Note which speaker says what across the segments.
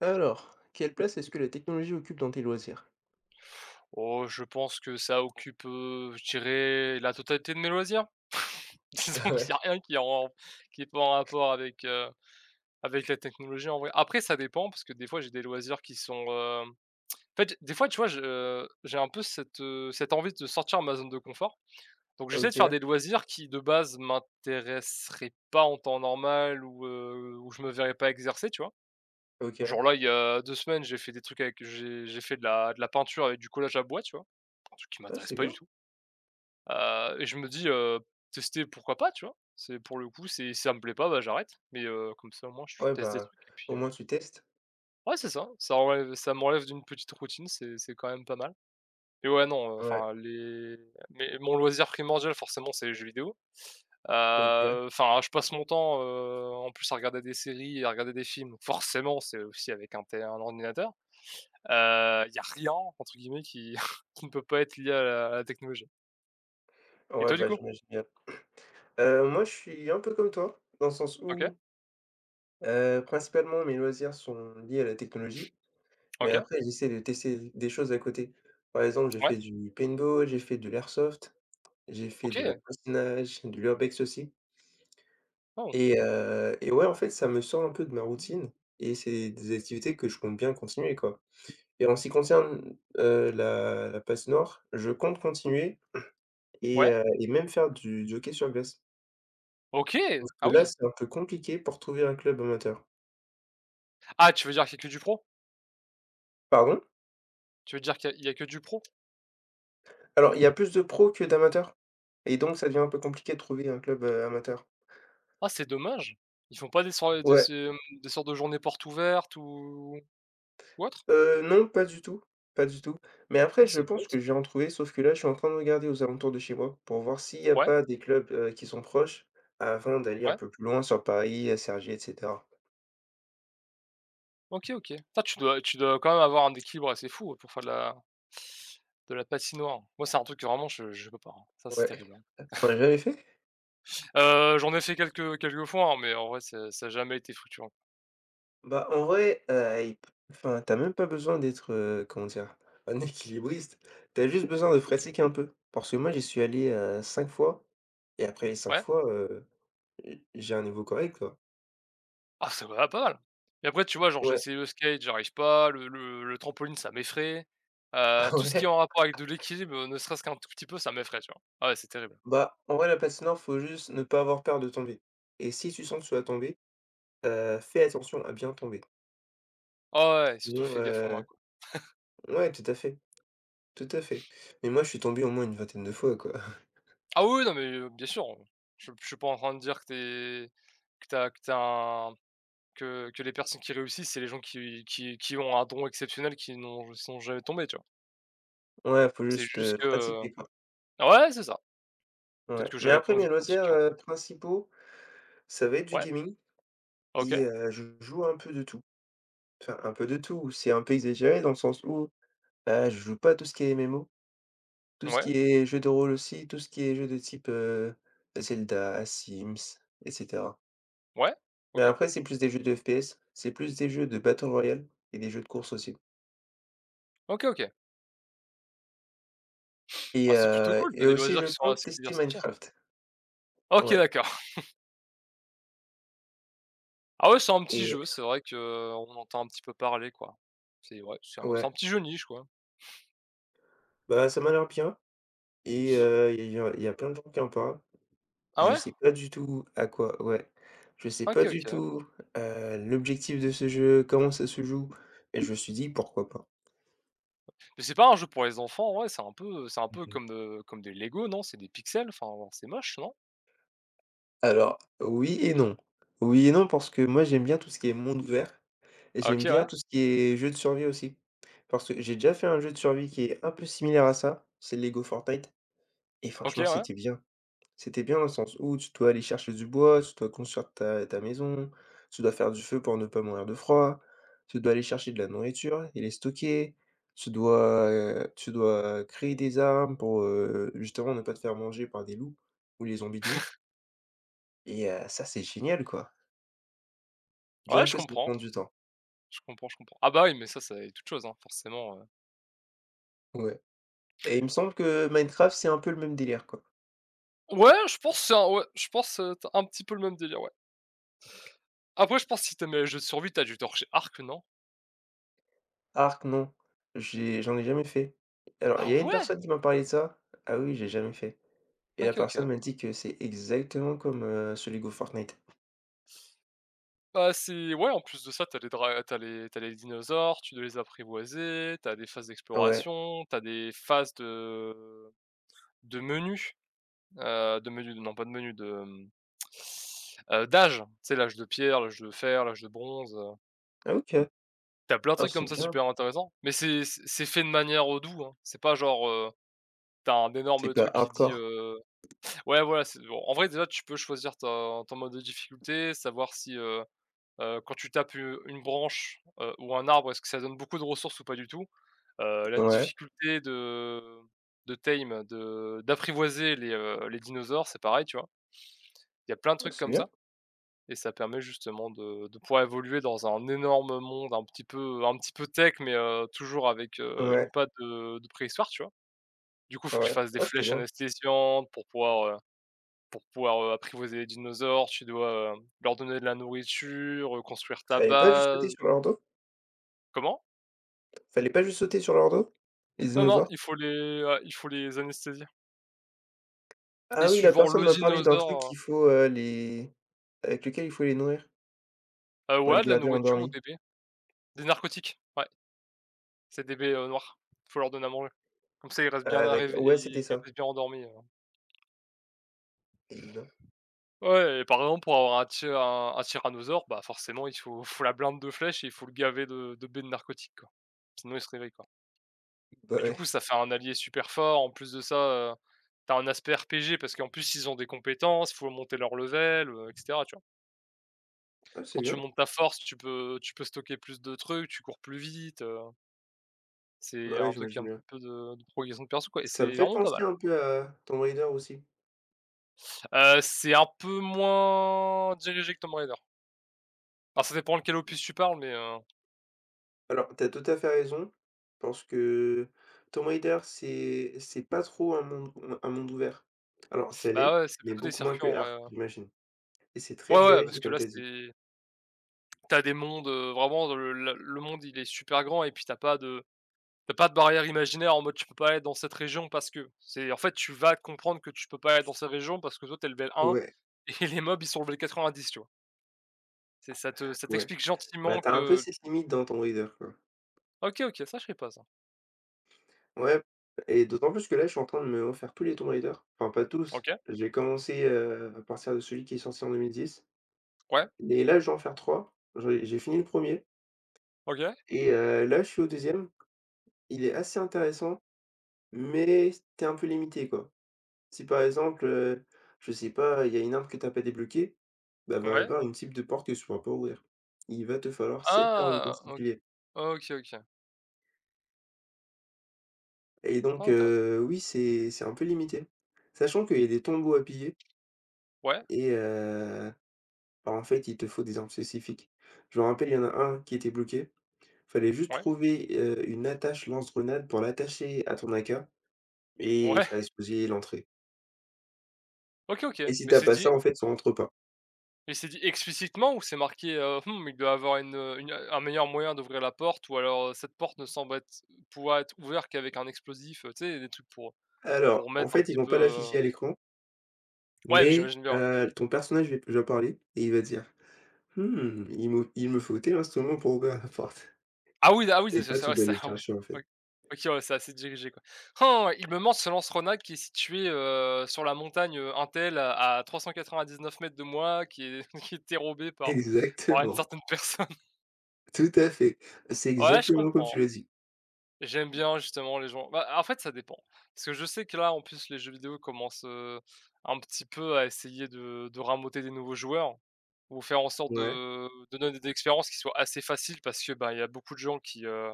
Speaker 1: Alors, quelle place est-ce que la technologie occupe dans tes loisirs?
Speaker 2: Oh, je pense que ça occupe, je dirais la totalité de mes loisirs. Disons qu'il y a
Speaker 1: Ouais,
Speaker 2: rien qui est en rapport avec, avec la technologie en vrai. Après ça dépend parce que des fois j'ai des loisirs qui sont, hem en fait des fois tu vois je j'ai un peu cette, cette envie de sortir de ma zone de confort. Donc j'essaie de faire
Speaker 1: OK,
Speaker 2: des loisirs qui de base m'intéresseraient pas en temps normal ou, où je me verrais pas exercer, tu vois?
Speaker 1: OK.
Speaker 2: Genre là il y a 2 semaines j'ai fait des trucs avec j'ai fait de la peinture avec du collage à bois, tu vois? Un truc qui
Speaker 1: Ah
Speaker 2: m'intéresse
Speaker 1: c'est
Speaker 2: pas du
Speaker 1: bien.
Speaker 2: tout. Et je me dis, «Tester, pourquoi pas?» Tu vois? C'est pour le coup, c'est si ça me plaît pas, bah, j'arrête, mais comme ça, au moins, je
Speaker 1: Ouais,
Speaker 2: teste des
Speaker 1: bah,
Speaker 2: trucs et puis,
Speaker 1: au moins tu testes.
Speaker 2: ouais, c'est ça, ça m'enlève d'une petite routine, c'est quand même pas mal et ouais, non,
Speaker 1: Ouais,
Speaker 2: enfin, les mais mon loisir primordial, forcément, c'est les jeux vidéo.
Speaker 1: OK.
Speaker 2: Enfin, je passe mon temps, en plus à regarder des séries et à regarder des films, forcément, c'est aussi avec un ordinateur. Il y a «rien» entre guillemets qui qui ne peut pas être lié à la technologie et
Speaker 1: Ouais,
Speaker 2: toi, du
Speaker 1: bah,
Speaker 2: coup?
Speaker 1: j'imagine bien. Moi, je suis un peu comme toi, dans le sens
Speaker 2: OK,
Speaker 1: où, principalement, mes loisirs sont liés à la technologie, mais
Speaker 2: OK,
Speaker 1: après, j'essaie de tester des choses à côté. Par exemple, j'ai
Speaker 2: ouais,
Speaker 1: fait du paintball, j'ai fait de l'airsoft, j'ai fait de la
Speaker 2: OK,
Speaker 1: patinage, de l'urbex aussi
Speaker 2: waouh!
Speaker 1: et ouais, en fait, ça me sort un peu de ma routine et c'est des activités que je compte bien continuer, quoi. Et en ce qui concerne, la passe nord, je compte continuer et
Speaker 2: Ouais,
Speaker 1: heu et même faire du hockey sur glace.
Speaker 2: OK!
Speaker 1: Parce
Speaker 2: Ah
Speaker 1: que là,
Speaker 2: oui.
Speaker 1: c'est un peu compliqué pour trouver un club amateur.
Speaker 2: Ah, tu veux dire qu'il y a que du pro?
Speaker 1: Pardon?
Speaker 2: Tu veux dire qu'il y a il y a que du pro?
Speaker 1: Alors, il y a plus de pros que d'amateurs et donc ça devient un peu compliqué de trouver un club, amateur.
Speaker 2: Ah, c'est dommage. Ils font pas
Speaker 1: Ouais,
Speaker 2: des sortes de journées portes ouvertes ou autre?
Speaker 1: non, pas du tout, pas du tout. Mais
Speaker 2: Non,
Speaker 1: après, je
Speaker 2: c'est
Speaker 1: pense
Speaker 2: bête.
Speaker 1: que je vais en trouver, sauf que là, je suis en train de regarder aux alentours de chez moi pour voir s'il n'y a
Speaker 2: Ouais,
Speaker 1: pas des clubs, qui sont proches avant d'aller un
Speaker 2: ouais.
Speaker 1: peu plus loin sur Paris, à Cergy et cetera.
Speaker 2: OK, OK. Putain, tu dois quand même avoir un équilibre assez fou, pour faire de la patinoire. Moi, c'est un truc que vraiment je peux pas, hein. Ça, c'est
Speaker 1: Ouais.
Speaker 2: terrible, hein.
Speaker 1: On l'a jamais fait?
Speaker 2: J'en ai fait quelques fois, hein, mais en vrai, ça a jamais été fructueux.
Speaker 1: Bah, en vrai, il p enfin, t'as même pas besoin d'être, comment dire? Un équilibriste. T'as juste besoin de pratiquer un peu. Parce que moi, j'y suis allé, 5 fois et après les cinq
Speaker 2: Ouais?
Speaker 1: fois, j'ai un niveau correct, quoi.
Speaker 2: Ah ça va pas mal. Et après tu vois, genre j'ai
Speaker 1: Ouais,
Speaker 2: essayé le skate, j'arrive pas, le trampoline ça m'effraie,
Speaker 1: ah
Speaker 2: tout ce qui est
Speaker 1: ouais,
Speaker 2: en rapport avec de l'équilibre, ne serait-ce qu'un tout petit peu, ça m'effraie, tu vois? Ah ouais, c'est terrible.
Speaker 1: bah, en vrai, la patinoire, faut juste ne pas avoir peur de tomber et si tu sens que tu vas tomber, fais attention à bien tomber.
Speaker 2: Ah ouais, surtout
Speaker 1: Sinon,
Speaker 2: fais gaffe aux mains, quoi.
Speaker 1: ouais, tout à fait, tout à fait. Mais moi, je suis tombé au moins une vingtaine de fois, quoi.
Speaker 2: Ah oui, oui, non mais, bien sûr, je suis pas en train de dire que t'es que tu un que les personnes qui réussissent, c'est les gens qui ont un don exceptionnel qui n'ont sont jamais tombés, tu vois?
Speaker 1: Ouais, faut
Speaker 2: C'est
Speaker 1: juste,
Speaker 2: juste que,
Speaker 1: pratiquer, quoi.
Speaker 2: ouais, c'est ça. Peut-être
Speaker 1: Ouais,
Speaker 2: que
Speaker 1: mais
Speaker 2: j'avais pas
Speaker 1: après
Speaker 2: envie
Speaker 1: mes
Speaker 2: de
Speaker 1: loisirs,
Speaker 2: pratiquer en vrai.
Speaker 1: principaux. Ça va être du
Speaker 2: Ouais,
Speaker 1: gaming et
Speaker 2: OK,
Speaker 1: je joue un peu de tout. Enfin, un peu de tout, c'est un peu exagéré dans le sens où, je joue pas à tout ce qui est MMO, tout ce
Speaker 2: ouais,
Speaker 1: qui est jeu de rôle aussi, tout ce qui est jeu de type, Zelda, Sims et cetera.
Speaker 2: ouais,
Speaker 1: Mais
Speaker 2: OK.
Speaker 1: après, c'est plus des jeux de FPS, c'est plus des jeux de battle royale et des jeux de course aussi
Speaker 2: OK, OK.
Speaker 1: et
Speaker 2: Ah, c'est plutôt
Speaker 1: heu
Speaker 2: cool, tu
Speaker 1: et
Speaker 2: as des
Speaker 1: aussi
Speaker 2: loisirs
Speaker 1: je
Speaker 2: qui sont
Speaker 1: compte
Speaker 2: assez
Speaker 1: tester
Speaker 2: diversifiés.
Speaker 1: Minecraft.
Speaker 2: OK,
Speaker 1: Ouais
Speaker 2: d'accord. Ah ouais, c'est un petit
Speaker 1: et
Speaker 2: jeu, c'est vrai que on entend un petit peu parler, quoi. C'est ouais, c'est un
Speaker 1: ouais,
Speaker 2: petit jeu niche, quoi.
Speaker 1: bah, ça m'a l'air bien et il y a plein de gens qui en parlent.
Speaker 2: Ah
Speaker 1: Je
Speaker 2: ouais?
Speaker 1: sais pas du tout à quoi ouais. Je sais
Speaker 2: OK,
Speaker 1: pas du
Speaker 2: OK.
Speaker 1: tout, l'objectif de ce jeu, comment ça se joue et je me suis dit: «Pourquoi pas?»
Speaker 2: Mais c'est pas un jeu pour les enfants, ouais, c'est un peu
Speaker 1: Mmh
Speaker 2: comme, comme des Lego, non? C'est des pixels, enfin, c'est moche, non?
Speaker 1: alors oui et non. Oui et non parce que moi j'aime bien tout ce qui est monde ouvert et
Speaker 2: Ah, OK,
Speaker 1: j'aime bien
Speaker 2: ouais.
Speaker 1: tout ce qui est jeu de survie aussi. Parce que j'ai déjà fait un jeu de survie qui est un peu similaire à ça, c'est Lego Fortnite et franchement
Speaker 2: OK, ouais.
Speaker 1: c'était bien. C'était bien dans le sens où tu dois aller chercher du bois, tu dois construire ta maison, tu dois faire du feu pour ne pas mourir de froid, tu dois aller chercher de la nourriture et les stocker, tu dois créer des armes pour, justement ne pas te faire manger par des loups ou les zombies de nuit et ça, c'est génial, quoi.
Speaker 2: Ouais,
Speaker 1: Bien
Speaker 2: je
Speaker 1: que ça
Speaker 2: comprends,
Speaker 1: prend du temps.
Speaker 2: je comprends. Ah bah, oui, mais ça, c'est toute chose, hein, forcément,
Speaker 1: Ouais et il me semble que Minecraft, c'est un peu le même délire, quoi.
Speaker 2: Ouais, je pense que c'est un ouais, je pense, tu un petit peu le même délire, ouais. Après, je pense que si tu aimes les jeux de survie, t'as dû torcher arc non?
Speaker 1: Ark, non, j'en ai jamais fait. Alors,
Speaker 2: Ah
Speaker 1: il y a une
Speaker 2: ouais?
Speaker 1: personne qui m'a parlé de ça. Ah oui, j'ai jamais fait. Et la
Speaker 2: OK, OK.
Speaker 1: personne m'a dit que c'est exactement comme, ce Lego Fortnite.
Speaker 2: Bah, c'est ouais, en plus de ça, t'as les dinosaures, tu dois les apprivoiser, t'as des phases
Speaker 1: Ouais.
Speaker 2: d'exploration, t'as des phases de menus, de menus non pas de menus, de, d'âge. Tu sais, l'âge de pierre, l'âge de fer, l'âge de bronze,
Speaker 1: Ah OK.
Speaker 2: tu plein de
Speaker 1: Ah
Speaker 2: trucs
Speaker 1: c'est
Speaker 2: comme ça
Speaker 1: bien.
Speaker 2: super intéressants, mais c'est fait de manière, au doux, hein. C'est pas genre, tu un
Speaker 1: C'est
Speaker 2: énorme
Speaker 1: pas
Speaker 2: truc qui dit,
Speaker 1: hardcore.
Speaker 2: ouais, voilà, c'est bon en vrai, déjà, tu peux choisir ton mode de difficulté, savoir si, quand tu tapes, une branche, ou un arbre, est-ce que ça donne beaucoup de ressources ou pas du tout? La
Speaker 1: Ouais.
Speaker 2: difficulté de tame, de d'apprivoiser les dinosaures, c'est pareil, tu vois? Il y a plein de
Speaker 1: Ah
Speaker 2: trucs
Speaker 1: c'est
Speaker 2: comme
Speaker 1: bien.
Speaker 2: ça et ça permet justement de pouvoir évoluer dans un énorme monde un petit peu tech, mais toujours avec, une
Speaker 1: Ouais,
Speaker 2: patte de préhistoire, tu vois? Du coup, il faut que tu
Speaker 1: ouais.
Speaker 2: fasses des
Speaker 1: Ah c'est
Speaker 2: flèches
Speaker 1: bien.
Speaker 2: anesthésiantes pour pouvoir, apprivoiser les dinosaures. Tu dois, leur donner de la nourriture, construire ta
Speaker 1: Fallait pas juste sauter
Speaker 2: base.
Speaker 1: sur leur dos?
Speaker 2: Comment?
Speaker 1: Fallait pas juste sauter sur leur dos? Les
Speaker 2: Non, non,
Speaker 1: dinosaures?
Speaker 2: il faut les anesthésier et
Speaker 1: Ah oui, la
Speaker 2: suivant
Speaker 1: personne
Speaker 2: le
Speaker 1: m'a parlé d'un truc
Speaker 2: dinosaure,
Speaker 1: qu'il faut, les avec lequel il faut les nourrir pour
Speaker 2: ouais,
Speaker 1: les
Speaker 2: de la
Speaker 1: garder
Speaker 2: nourriture ou
Speaker 1: endormis.
Speaker 2: des baies. Des narcotiques, ouais, c'est des baies, noires. Faut leur donner à manger. Comme ça,
Speaker 1: Ah d'accord. Ouais, c'était
Speaker 2: ils
Speaker 1: ça.
Speaker 2: restent bien endormis,
Speaker 1: Et ben,
Speaker 2: Ouais et par exemple, pour avoir un ty un tyrannosaure, bah, forcément, il faut faut la blinde de flèches et il faut le gaver de baies de narcotiques, quoi. Sinon, il se réveille, quoi
Speaker 1: bah
Speaker 2: et du coup,
Speaker 1: ouais.
Speaker 2: ça fait un allié super fort. En plus de ça, tu as un aspect RPG parce qu'en plus, ils ont des compétences, faut monter leur level, et cetera, tu vois?
Speaker 1: Ah c'est
Speaker 2: Quand tu
Speaker 1: bien.
Speaker 2: montes ta force, tu peux stocker plus de trucs, tu cours plus vite, c'est
Speaker 1: Bah
Speaker 2: un
Speaker 1: ouais,
Speaker 2: truc qui a
Speaker 1: j'imagine
Speaker 2: un
Speaker 1: bien.
Speaker 2: peu de progression de perso, quoi et
Speaker 1: Ça me
Speaker 2: c'est
Speaker 1: fait
Speaker 2: vraiment pas
Speaker 1: penser
Speaker 2: mal.
Speaker 1: un peu à Tomb Raider aussi.
Speaker 2: C'est un peu moins dirigé que Tomb Raider. Alors ça dépend de quel opus tu parles, mais
Speaker 1: Alors, tu as tout à fait raison, parce que Tomb Raider, c'est pas trop un monde ouvert. Alors, ça
Speaker 2: bah,
Speaker 1: l'est,
Speaker 2: ouais, c'est
Speaker 1: mais
Speaker 2: plutôt des
Speaker 1: beaucoup moins
Speaker 2: circuits en
Speaker 1: que
Speaker 2: vrai,
Speaker 1: Ark,
Speaker 2: ouais.
Speaker 1: j'imagine. Et c'est
Speaker 2: Ouais,
Speaker 1: très
Speaker 2: ouais, parce
Speaker 1: dirigé,
Speaker 2: que
Speaker 1: comme
Speaker 2: là,
Speaker 1: tu as dit.
Speaker 2: c'est t'as des mondes, vraiment le monde, il est super grand et puis t'as pas de barrière imaginaire en mode tu peux pas aller dans cette région parce que. C'est en fait, tu vas comprendre que tu peux pas aller dans cette région parce que toi, t'es level 1
Speaker 1: Ouais,
Speaker 2: et les mobs, ils sont level 90, tu vois? C'est ça te ça
Speaker 1: ouais.
Speaker 2: t'explique
Speaker 1: Bah,
Speaker 2: gentiment
Speaker 1: t'as un peu
Speaker 2: que
Speaker 1: cette limite dans Tomb Raider, quoi.
Speaker 2: OK, OK, ça je sais pas ça.
Speaker 1: Ouais, et d'autant plus que là, je suis en train de me refaire tous les Tomb Raider. Enfin, pas tous.
Speaker 2: OK,
Speaker 1: J'ai commencé, à partir de celui qui est sorti en 2010.
Speaker 2: ouais,
Speaker 1: Et là, je vais en faire 3. J'ai fini le premier
Speaker 2: OK,
Speaker 1: et là, je suis au deuxième. Il est assez intéressant, mais t'es un peu limité, quoi. Si par exemple, je sais pas, il y a une arme que t'as pas débloquée, bah, va y
Speaker 2: ouais,
Speaker 1: avoir une type de porte que tu pourras pas ouvrir. Il va te falloir cette arme en
Speaker 2: ah OK,
Speaker 1: particulier
Speaker 2: OK, OK.
Speaker 1: et
Speaker 2: Ah
Speaker 1: donc
Speaker 2: intéressant.
Speaker 1: oui, c'est un peu limité. Sachant qu'il y a des tombeaux à piller
Speaker 2: Ouais,
Speaker 1: et bah, en fait, il te faut des armes spécifiques. Je me rappelle, il y en a un qui était bloqué, fallait juste
Speaker 2: ouais,
Speaker 1: trouver, une attache lance-grenade pour l'attacher à ton AK et
Speaker 2: ouais,
Speaker 1: faire exploser l'entrée
Speaker 2: OK, OK.
Speaker 1: et si t'as pas ça, en fait, ça rentre pas.
Speaker 2: Mais c'est dit explicitement ou c'est marqué, il doit avoir une, un meilleur moyen d'ouvrir la porte ou alors, cette porte ne semble être pouvoir être ouverte qu'avec un explosif, tu sais, des trucs pour
Speaker 1: Alors, en
Speaker 2: mettre un
Speaker 1: fait, ils
Speaker 2: petit
Speaker 1: vont
Speaker 2: peu,
Speaker 1: pas l'afficher à l'écran.
Speaker 2: ouais,
Speaker 1: Mais
Speaker 2: j'imagine bien.
Speaker 1: ton personnage va lui parler et il va dire: «Mmh, il me faut tel instrument pour ouvrir la porte»
Speaker 2: Ah oui, ah oui,
Speaker 1: et
Speaker 2: c'est
Speaker 1: toi,
Speaker 2: ça,
Speaker 1: tu
Speaker 2: ouais,
Speaker 1: dois
Speaker 2: ça,
Speaker 1: aller le
Speaker 2: ouais.
Speaker 1: chercher, en
Speaker 2: O
Speaker 1: fait.
Speaker 2: OK, ouais, c'est assez dirigé, quoi. Han! Il me manque ce lance-grenade qui est situé, sur la montagne, untel à 9 mètres de moi, qui est qui est dérobé par par une
Speaker 1: Exactement,
Speaker 2: certaine personne.
Speaker 1: tout à fait. C'est
Speaker 2: Ouais, je
Speaker 1: exactement comme
Speaker 2: comprends.
Speaker 1: tu l'as dit.
Speaker 2: J'aime bien justement les gens bah, en fait, ça dépend. Parce que je sais que là, en plus, les jeux vidéo commencent, un petit peu à essayer de rameuter des nouveaux joueurs ou faire en sorte
Speaker 1: Ouais.
Speaker 2: de donner des expériences qui soient assez faciles parce que, bah, il y a beaucoup de gens qui,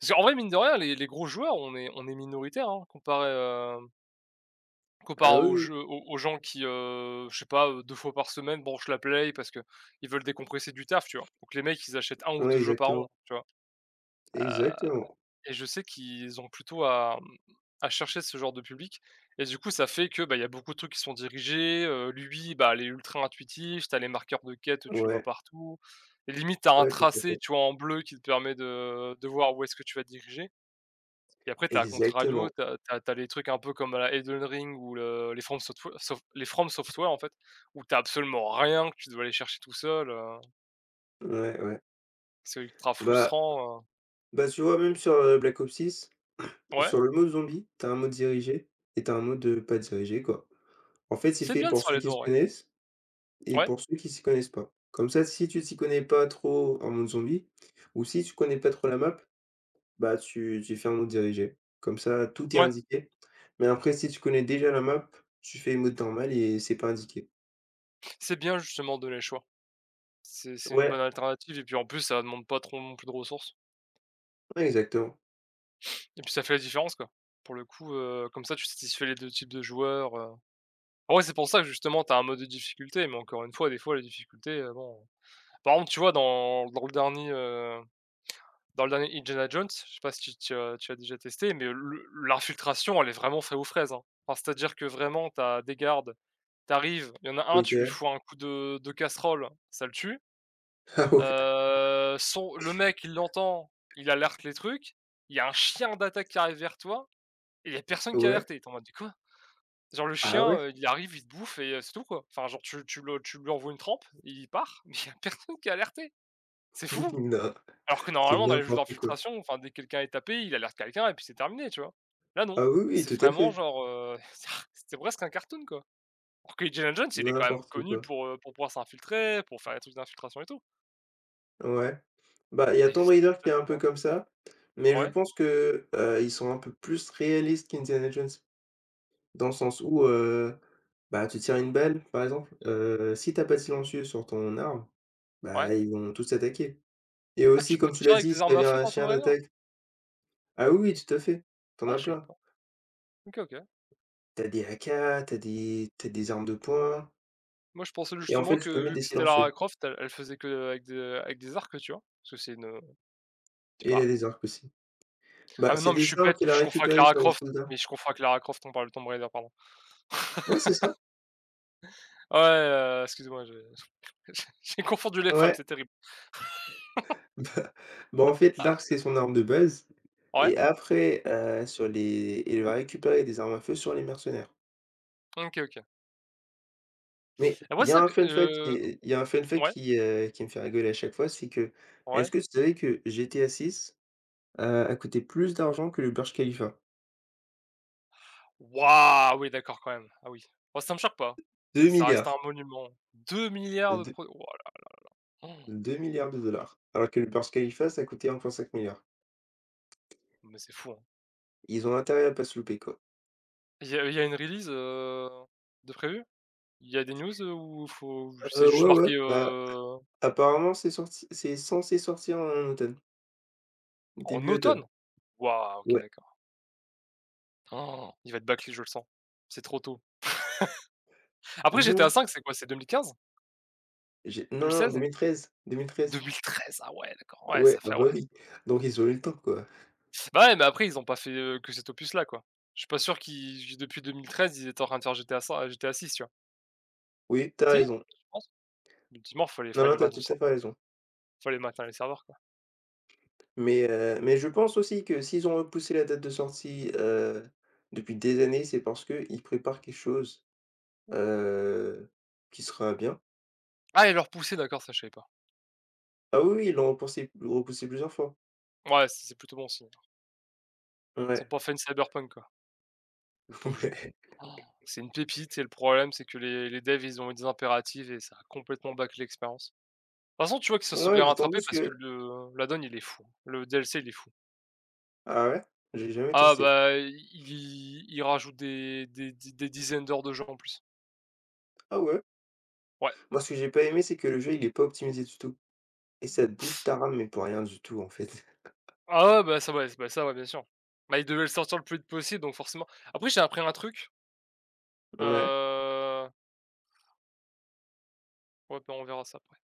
Speaker 2: parce qu'en vrai, mine de rien, les gros joueurs, on est minoritaire hein, comparé,
Speaker 1: Ah
Speaker 2: comparé
Speaker 1: oui,
Speaker 2: aux
Speaker 1: oui.
Speaker 2: jeux aux aux gens qui, je sais pas, 2 fois par semaine branchent la play parce que ils veulent décompresser du taf, tu vois? Donc les mecs, ils achètent un ou
Speaker 1: Ouais,
Speaker 2: 2 jeux par an,
Speaker 1: exactement.
Speaker 2: tu vois?
Speaker 1: Exactement.
Speaker 2: Et je sais qu'ils ont plutôt à, à chercher ce genre de public et du coup, ça fait que, bah, il y a beaucoup de trucs qui sont dirigés, lui, bah, elle est ultra intuitif. T'as les marqueurs de quête, tu le vois
Speaker 1: Ouais,
Speaker 2: partout. Et limite, t'as un
Speaker 1: ouais, tout à
Speaker 2: tracé,
Speaker 1: fait.
Speaker 2: tu vois, en bleu qui te permet de voir où est-ce que tu vas te diriger. Et après t'as as à contrario,
Speaker 1: Exactement.
Speaker 2: t'as as tu les trucs un peu comme à la Elden Ring ou le les From Softwa Sof les From Software en fait, où t'as absolument rien, que tu dois aller chercher tout seul,
Speaker 1: Ouais, ouais.
Speaker 2: c'est ultra
Speaker 1: Bah
Speaker 2: frustrant,
Speaker 1: bah, tu vois, même sur, Black Ops 6.
Speaker 2: ouais,
Speaker 1: Sur le mot zombie, tu as un mode dirigé et tu as un mode de pas dirigé, quoi. En fait, c'est
Speaker 2: c'est
Speaker 1: fait
Speaker 2: bien de
Speaker 1: pour
Speaker 2: faire
Speaker 1: ceux
Speaker 2: les
Speaker 1: qui
Speaker 2: deux
Speaker 1: se
Speaker 2: ouais.
Speaker 1: connaissent et
Speaker 2: Ouais,
Speaker 1: pour ceux qui s'y connaissent pas. Comme ça, si tu t'y connais pas trop en mode zombie ou si tu connais pas trop la map, bah, tu fais un mode dirigé. Comme ça, tout est
Speaker 2: ouais,
Speaker 1: indiqué. Mais après, si tu connais déjà la map, tu fais mode normal et c'est pas indiqué.
Speaker 2: c'est bien justement de les choix. C'est une
Speaker 1: Ouais,
Speaker 2: bonne alternative et puis en plus ça demande pas trop non plus de ressources
Speaker 1: ouais, exactement.
Speaker 2: et puis ça fait la différence quoi. Pour le coup, comme ça tu satisfais les 2 types de joueurs, En vrai c'est pour ça que justement t'as un mode de difficulté, mais encore une fois des fois les difficultés bon par exemple tu vois dans le Dans le dernier Indiana Jones, je sais pas si tu as déjà testé, mais le l'infiltration, elle est vraiment feuille aux fraises, hein. Enfin, c'est-à-dire que vraiment, tu as des gardes, tu arrives, il y en a un, tu lui
Speaker 1: OK.
Speaker 2: fous un coup de casserole, ça le tue.
Speaker 1: Ah ouais,
Speaker 2: Son Le mec, il l'entend, il alerte les trucs, il y a un chien d'attaque qui arrive vers toi et il y a personne qui est
Speaker 1: ouais.
Speaker 2: alerté. Tu en mode: «Mais quoi?» Genre le
Speaker 1: Ah
Speaker 2: chien,
Speaker 1: ouais?
Speaker 2: il arrive, il te bouffe et c'est tout quoi. Enfin genre tu lui envoies une trempe, il part, mais il y a personne qui est alerté. C'est fou!
Speaker 1: Non,
Speaker 2: Alors que
Speaker 1: c'est
Speaker 2: normalement dans les jeux
Speaker 1: n'importe quoi.
Speaker 2: d'infiltration, enfin dès que quelqu'un est tapé, il alerte quelqu'un et puis c'est terminé, tu vois? Là non,
Speaker 1: Ah oui, oui,
Speaker 2: c'est
Speaker 1: tout à
Speaker 2: vraiment
Speaker 1: fait.
Speaker 2: genre, c'était presque un cartoon, quoi. Alors que Indiana Jones, il est quand même
Speaker 1: N'importe
Speaker 2: connu
Speaker 1: quoi.
Speaker 2: pour pouvoir s'infiltrer, pour faire des trucs d'infiltration et tout.
Speaker 1: Ouais. Bah, il y a
Speaker 2: Et
Speaker 1: Tomb
Speaker 2: ça,
Speaker 1: Raider qui est
Speaker 2: c'est
Speaker 1: un peu
Speaker 2: drôle.
Speaker 1: comme ça, mais je
Speaker 2: Ouais,
Speaker 1: pense que, ils sont un peu plus réalistes qu'Indiana Jones. Dans le sens où, bah, tu tires une balle, par exemple, si tu as pas de silencieux sur ton arme,
Speaker 2: ouais.
Speaker 1: bah, ils vont tous t'attaquer. Et
Speaker 2: Ah tu
Speaker 1: aussi,
Speaker 2: peux
Speaker 1: comme
Speaker 2: te
Speaker 1: tu l'as
Speaker 2: tirer avec
Speaker 1: dit,
Speaker 2: des
Speaker 1: s'il y
Speaker 2: armes à
Speaker 1: avait
Speaker 2: feu
Speaker 1: un
Speaker 2: dans Tomb
Speaker 1: chien
Speaker 2: Raider?
Speaker 1: d'attaque. Ah oui, oui, tout à fait, tu en
Speaker 2: Ah
Speaker 1: as
Speaker 2: je savais
Speaker 1: plein.
Speaker 2: pas. OK, OK.
Speaker 1: Tu as des AK, tu as des armes de poing
Speaker 2: Moi je pensais
Speaker 1: et en
Speaker 2: justement
Speaker 1: fait,
Speaker 2: que
Speaker 1: tu peux mettre
Speaker 2: vu
Speaker 1: des
Speaker 2: que c'était Lara
Speaker 1: silencieux
Speaker 2: Croft, elle faisait que avec des arcs, tu vois? Parce que c'est une, je sais
Speaker 1: et il a
Speaker 2: pas.
Speaker 1: des arcs aussi.
Speaker 2: Ah
Speaker 1: Bah,
Speaker 2: mais non,
Speaker 1: c'est
Speaker 2: mais je
Speaker 1: des
Speaker 2: suis
Speaker 1: armes
Speaker 2: bête,
Speaker 1: qu'il a
Speaker 2: je confonds avec
Speaker 1: récupérées
Speaker 2: Lara
Speaker 1: sur les
Speaker 2: Croft,
Speaker 1: soldats.
Speaker 2: mais je confonds avec Lara Croft, on parle de Tomb Raider, pardon.
Speaker 1: Ouais, c'est ça.
Speaker 2: Ouais, excuse-moi, je J'ai confondu les femmes,
Speaker 1: Ouais.
Speaker 2: c'est terrible.
Speaker 1: Bah bah, en fait,
Speaker 2: Ah,
Speaker 1: l'arc, c'est son arme de base
Speaker 2: ouais?
Speaker 1: et après, sur les il va récupérer des armes à feu sur les mercenaires.
Speaker 2: OK, OK.
Speaker 1: Mais
Speaker 2: Et moi, ça que
Speaker 1: il y a un fun fact
Speaker 2: ouais,
Speaker 1: qui me fait rigoler à chaque fois, c'est que
Speaker 2: ouais.
Speaker 1: est-ce que tu savais que GTA 6, a coûté plus d'argent que le Burj Khalifa?
Speaker 2: Waouh! Oui, d'accord, quand même. Ah oui. Moi, ça me choque pas. C'est
Speaker 1: deux
Speaker 2: ça reste un
Speaker 1: milliards
Speaker 2: monument. Deux milliards de
Speaker 1: deux
Speaker 2: pro oh
Speaker 1: 2 milliards de dollars alors que le Burj Khalifa, ça coûtait 1,5.
Speaker 2: mais c'est fou, hein.
Speaker 1: Ils ont intérêt à pas se louper, quoi.
Speaker 2: Il y a une release, de prévue? Il y a des news, ou faut c'est juste
Speaker 1: Ouais, ouais,
Speaker 2: marqué,
Speaker 1: bah, apparemment, c'est censé sortir en automne,
Speaker 2: en
Speaker 1: début automne.
Speaker 2: automne? Waouh, OK,
Speaker 1: Ouais.
Speaker 2: d'accord. Oh, il va être bâclé, je le sens. C'est trop tôt. Après GTA
Speaker 1: Non.
Speaker 2: cinq. C'est quoi? C'est 2015?
Speaker 1: J'ai Non, non,
Speaker 2: 2016?
Speaker 1: 2013, 2013.
Speaker 2: 2013? Ah ouais, d'accord. Ouais,
Speaker 1: Ouais,
Speaker 2: ça
Speaker 1: ah
Speaker 2: fait ouais.
Speaker 1: bah, oui, donc ils ont eu le temps, quoi.
Speaker 2: Bah, ouais, mais après ils ont pas fait, que cet opus là, quoi. Je suis pas sûr qu'ils depuis 2013, ils étaient en train de faire GTA 6, tu vois?
Speaker 1: Oui, tu as
Speaker 2: Si?
Speaker 1: raison.
Speaker 2: Je pense. Ultimement,
Speaker 1: Non, non, tu as tout à fait raison,
Speaker 2: fallait maintenir les serveurs, quoi.
Speaker 1: mais je pense aussi que s'ils ont repoussé la date de sortie, depuis des années, c'est parce qu'ils préparent quelque chose, heu, qui sera bien.
Speaker 2: Ah et leur pousser, d'accord, ça je savais pas.
Speaker 1: Ah oui, oui, ils l'ont repoussé plusieurs fois.
Speaker 2: Ouais, c'est plutôt bon signe. Ils sont
Speaker 1: Ouais,
Speaker 2: pas fans une Cyberpunk, quoi, le pauvre jeu.
Speaker 1: ouais.
Speaker 2: Oh, c'est une pépite et le problème, c'est que les devs, ils ont eu des impératifs et ça a complètement bâclé l'expérience. De toute façon, tu vois qu'ils se sont
Speaker 1: Ouais,
Speaker 2: bien
Speaker 1: d'autant
Speaker 2: rattrapés
Speaker 1: plus
Speaker 2: parce que
Speaker 1: que.
Speaker 2: le la donne, il est fou. Le DLC, il est fou.
Speaker 1: Ah ouais? J'ai jamais
Speaker 2: Ah
Speaker 1: testé.
Speaker 2: bah, i i il rajoute des dizaines d'heures de jeu en plus.
Speaker 1: Ah ouais?
Speaker 2: Ouais.
Speaker 1: Moi, ce que j'ai pas aimé, c'est que le jeu, il est pas optimisé du tout et ça te bouffe ta RAM, mais pour rien du tout, en fait.
Speaker 2: Ah ouais, bah, ça, ouais, bah, ça, ouais, bien sûr. Bah, ils devaient le sortir le plus vite possible, donc forcément. Après, j'ai appris un truc,
Speaker 1: Ouais.
Speaker 2: heu, ouais, bah, on verra ça après.